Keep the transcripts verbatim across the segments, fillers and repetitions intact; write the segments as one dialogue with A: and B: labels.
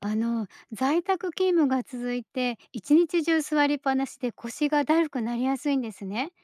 A: あの、在宅勤務が続いて、一日中座りっぱなしで腰がだるくなりやすいんですね。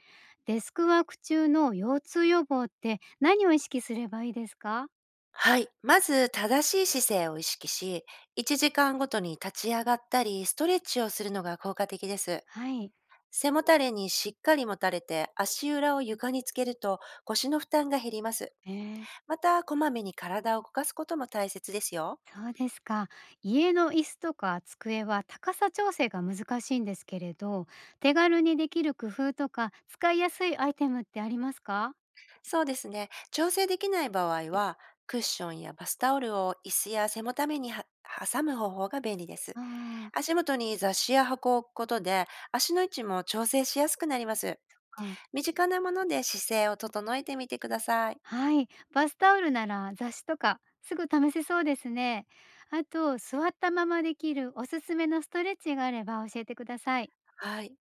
A: デスクワーク中の腰痛予防って何を意識すればいいですか？
B: はい。まず、正しい姿勢を意識し、いちじかんごとに立ち上がったり、ストレッチをするのが効果的です。
A: はい。
B: 背もたれにしっかりもたれて、足裏を床につけると腰の負担が減ります。
A: えー、
B: また、こまめに体を動かすことも大切ですよ。
A: そうですか。家の椅子とか机は高さ調整が難しいんですけれど、手軽にできる工夫とか使いやすいアイテムってありますか？
B: そうですね。調整できない場合は、クッションやバスタオルを椅子や背もたれには挟む方法が便利です。
A: あ
B: 足元に雑誌や箱を置くことで、足の位置も調整しやすくなります。
A: あー、
B: 身近なもので姿勢を整えてみてください。
A: はい、バスタオルなら雑誌とかすぐ試せそうですね。あと、座ったままできるおすすめのストレッチがあれば教えてください。
B: はい。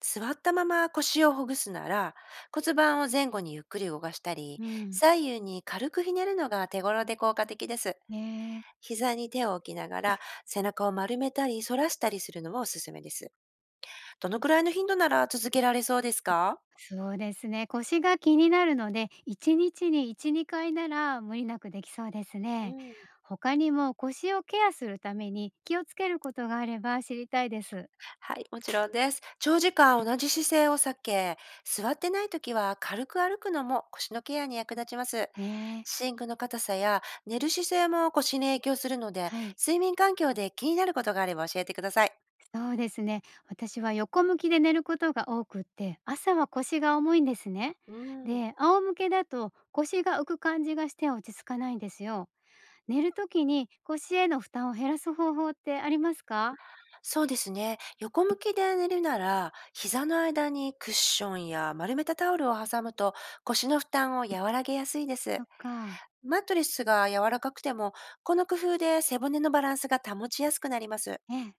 B: 座ったまま腰をほぐすなら、骨盤を前後にゆっくり動かしたり、
A: うん。
B: 左右に軽くひねるのが手頃で効果的です。
A: ねえ、
B: 膝に手を置きながら、背中を丸めたり反らしたりするのもおすすめです。どのくらいの頻度なら続けられそうですか？
A: そうですね。腰が気になるので、いちにちにいち、にかいなら無理なくできそうです
B: う
A: ね。
B: ん。
A: 他にも腰をケアするために気をつけることがあれば知りたいです。
B: はい、もちろんです。長時間同じ姿勢を避け、座ってない時は軽く歩くのも腰のケアに役立ちます。
A: ええ、
B: 寝具の硬さや寝る姿勢も腰に影響するので、
A: はい。
B: 睡眠環境で気になることがあれば教えてください。
A: そうですね。私は横向きで寝ることが多くって、朝は腰が重いんですね。
B: うん、
A: で、仰向けだと腰が浮く感じがして落ち着かないんですよ。寝るときに腰への負担を減らす方法ってありますか？
B: そうですね。横向きで寝るなら、膝の間にクッションや丸めたタオルを挟むと腰の負担を和らげやすいで
A: そ
B: す。
A: っか。
B: マットレスが柔らかくても、この工夫で背骨のバランスが保ちやすくなります。
A: ええ、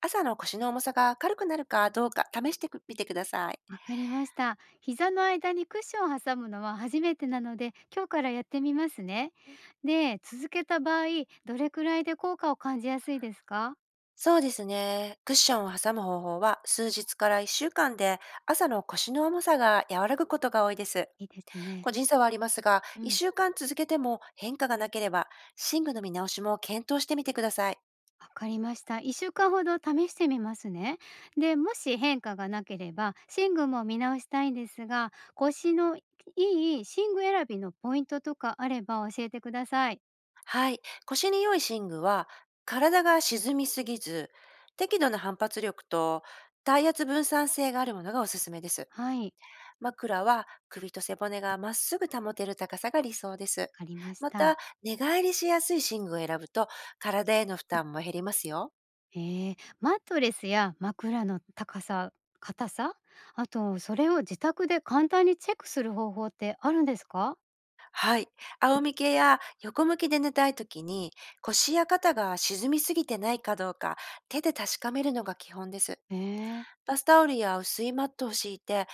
B: 朝の腰の重さが軽くなるかどうか試してみてください。
A: わかりました。膝の間にクッションを挟むのは初めてなので、今日からやってみますね。で、続けた場合、どれくらいで効果を感じやすいですか？
B: そうですね。クッションを挟む方法は数日からいっしゅうかんで朝の腰の重さが和らぐことが多いです。
A: いいです
B: 個
A: ね。
B: 人差はありますが、
A: うん。
B: いっしゅうかん続けても変化がなければ、寝具の見直しも検討してみてください。
A: わかりました。いっしゅうかんほど試してみますね。で、もし変化がなければ、寝具も見直したいんですが、腰のいい寝具選びのポイントとかあれば教えてください。
B: はい。腰に良い寝具は、体が沈みすぎず、適度な反発力と体圧分散性があるものがおすすめです。
A: はい、わ
B: 枕は首と背骨がまっすぐ保てる高さが理想です。
A: かりまし
B: ま
A: た。
B: た、寝返りしやすい寝具を選ぶと体への負担も減りますよ。
A: えー、マットレスや枕の高さ、硬さ、あとそれを自宅で簡単にチェックする方法ってあるんですか？
B: はい。仰向けや横向きで寝たい時に腰や肩が沈みすぎてないかどうか手で確かめるのが基本です。
A: えー、
B: バスタオルや薄いマットを敷いて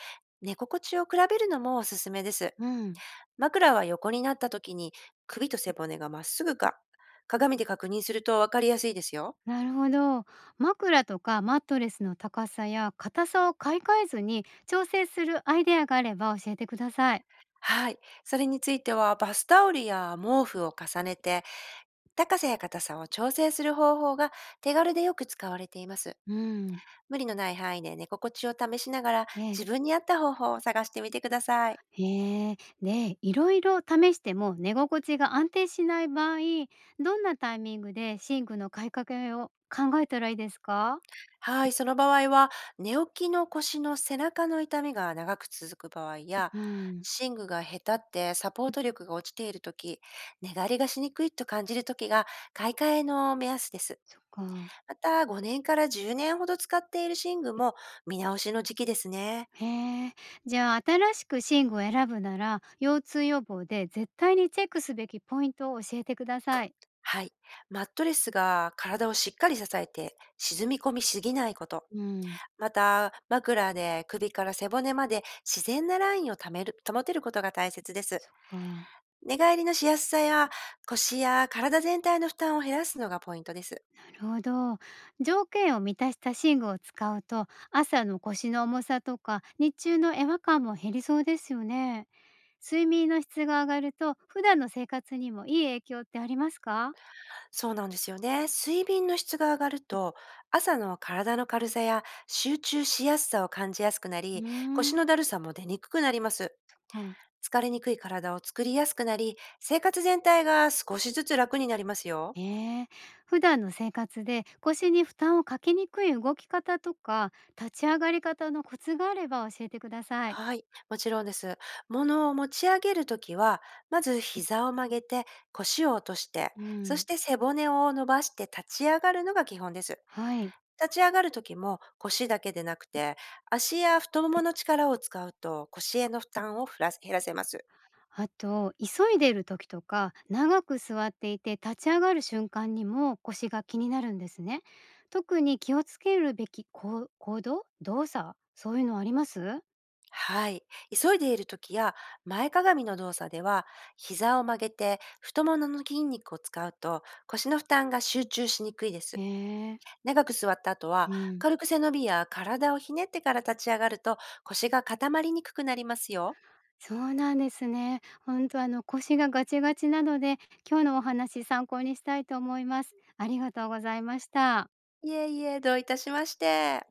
B: 寝心地を比べるのもおすすめです。
A: うん。
B: 枕は横になった時に首と背骨がまっすぐか鏡で確認するとわかりやすいですよ。
A: なるほど。枕とかマットレスの高さや硬さを買い替えずに調整するアイデアがあれば教えてください。
B: はい。それについては、バスタオルや毛布を重ねて、高さや硬さを調整する方法が手軽でよく使われています。
A: うん。
B: 無理のない範囲で寝心地を試しながら、
A: ええ、
B: 自分に合った方法を探してみてください。
A: へえ。で、いろいろ試しても寝心地が安定しない場合、どんなタイミングで寝具の買いかけを考えたらいいですか？
B: はい。その場合は、寝起きの腰の背中の痛みが長く続く場合や、
A: うん。
B: 寝具が下手ってサポート力が落ちているとき、寝返りがしにくいと感じるときが、買い替えの目安です。
A: そっか。
B: また、ごねんからじゅうねんほど使っている寝具も見直しの時期ですね。
A: へえ。じゃあ、新しく寝具を選ぶなら、腰痛予防で絶対にチェックすべきポイントを教えてください。
B: はい。マットレスが体をしっかり支えて沈み込みすぎないこと。
A: うん。
B: また、枕で首から背骨まで自然なラインをためる保てることが大切です。
A: そっか。
B: 寝返りのしやすさや腰や体全体の負担を減らすのがポイントです。
A: なるほど。条件を満たした寝具を使うと、朝の腰の重さとか、日中の違和感も減りそうですよね。睡眠の質が上がると、普段の生活にもいい影響ってありますか？
B: そうなんですよね。睡眠の質が上がると、朝の体の軽さや集中しやすさを感じやすくな
A: うー
B: り、腰
A: ん。
B: のだるさも出にくくなります。
A: う。
B: 疲れにくい体を作りやすくなり、生活全体が少しずつ楽になりますよ。
A: ええ。普段の生活で腰に負担をかけにくい動き方とか立ち上がり方のコツがあれば教えてください。
B: はい、もちろんです。物を持ち上げるときは、まず膝を曲げて、腰を落として、
A: う
B: そ
A: ん。
B: して背骨を伸ばして立ち上がるのが基本です。
A: はい。
B: 立ち上がるときも腰だけでなくて、足や太ももの力を使うと腰への負担をふら減らせます。
A: あと、急いでいる時とか、長く座っていて立ち上がる瞬間にも腰が気になるんですね。特に気をつけるべき行行動動作そういうのあります？
B: はい。急いでいる時や前かがみの動作では、膝を曲げて太ももの筋肉を使うと腰の負担が集中しにくいで
A: え
B: す。
A: え。
B: 長く座った後は、
A: うん。
B: 軽く背伸びや体をひねってから立ち上がると腰が固まりにくくなりますよ。
A: そうなんですね。本当あの腰がガチガチなので、今日のお話参考にしたいと思います。ありがとうございました。
B: いえいえ、どういたしまして。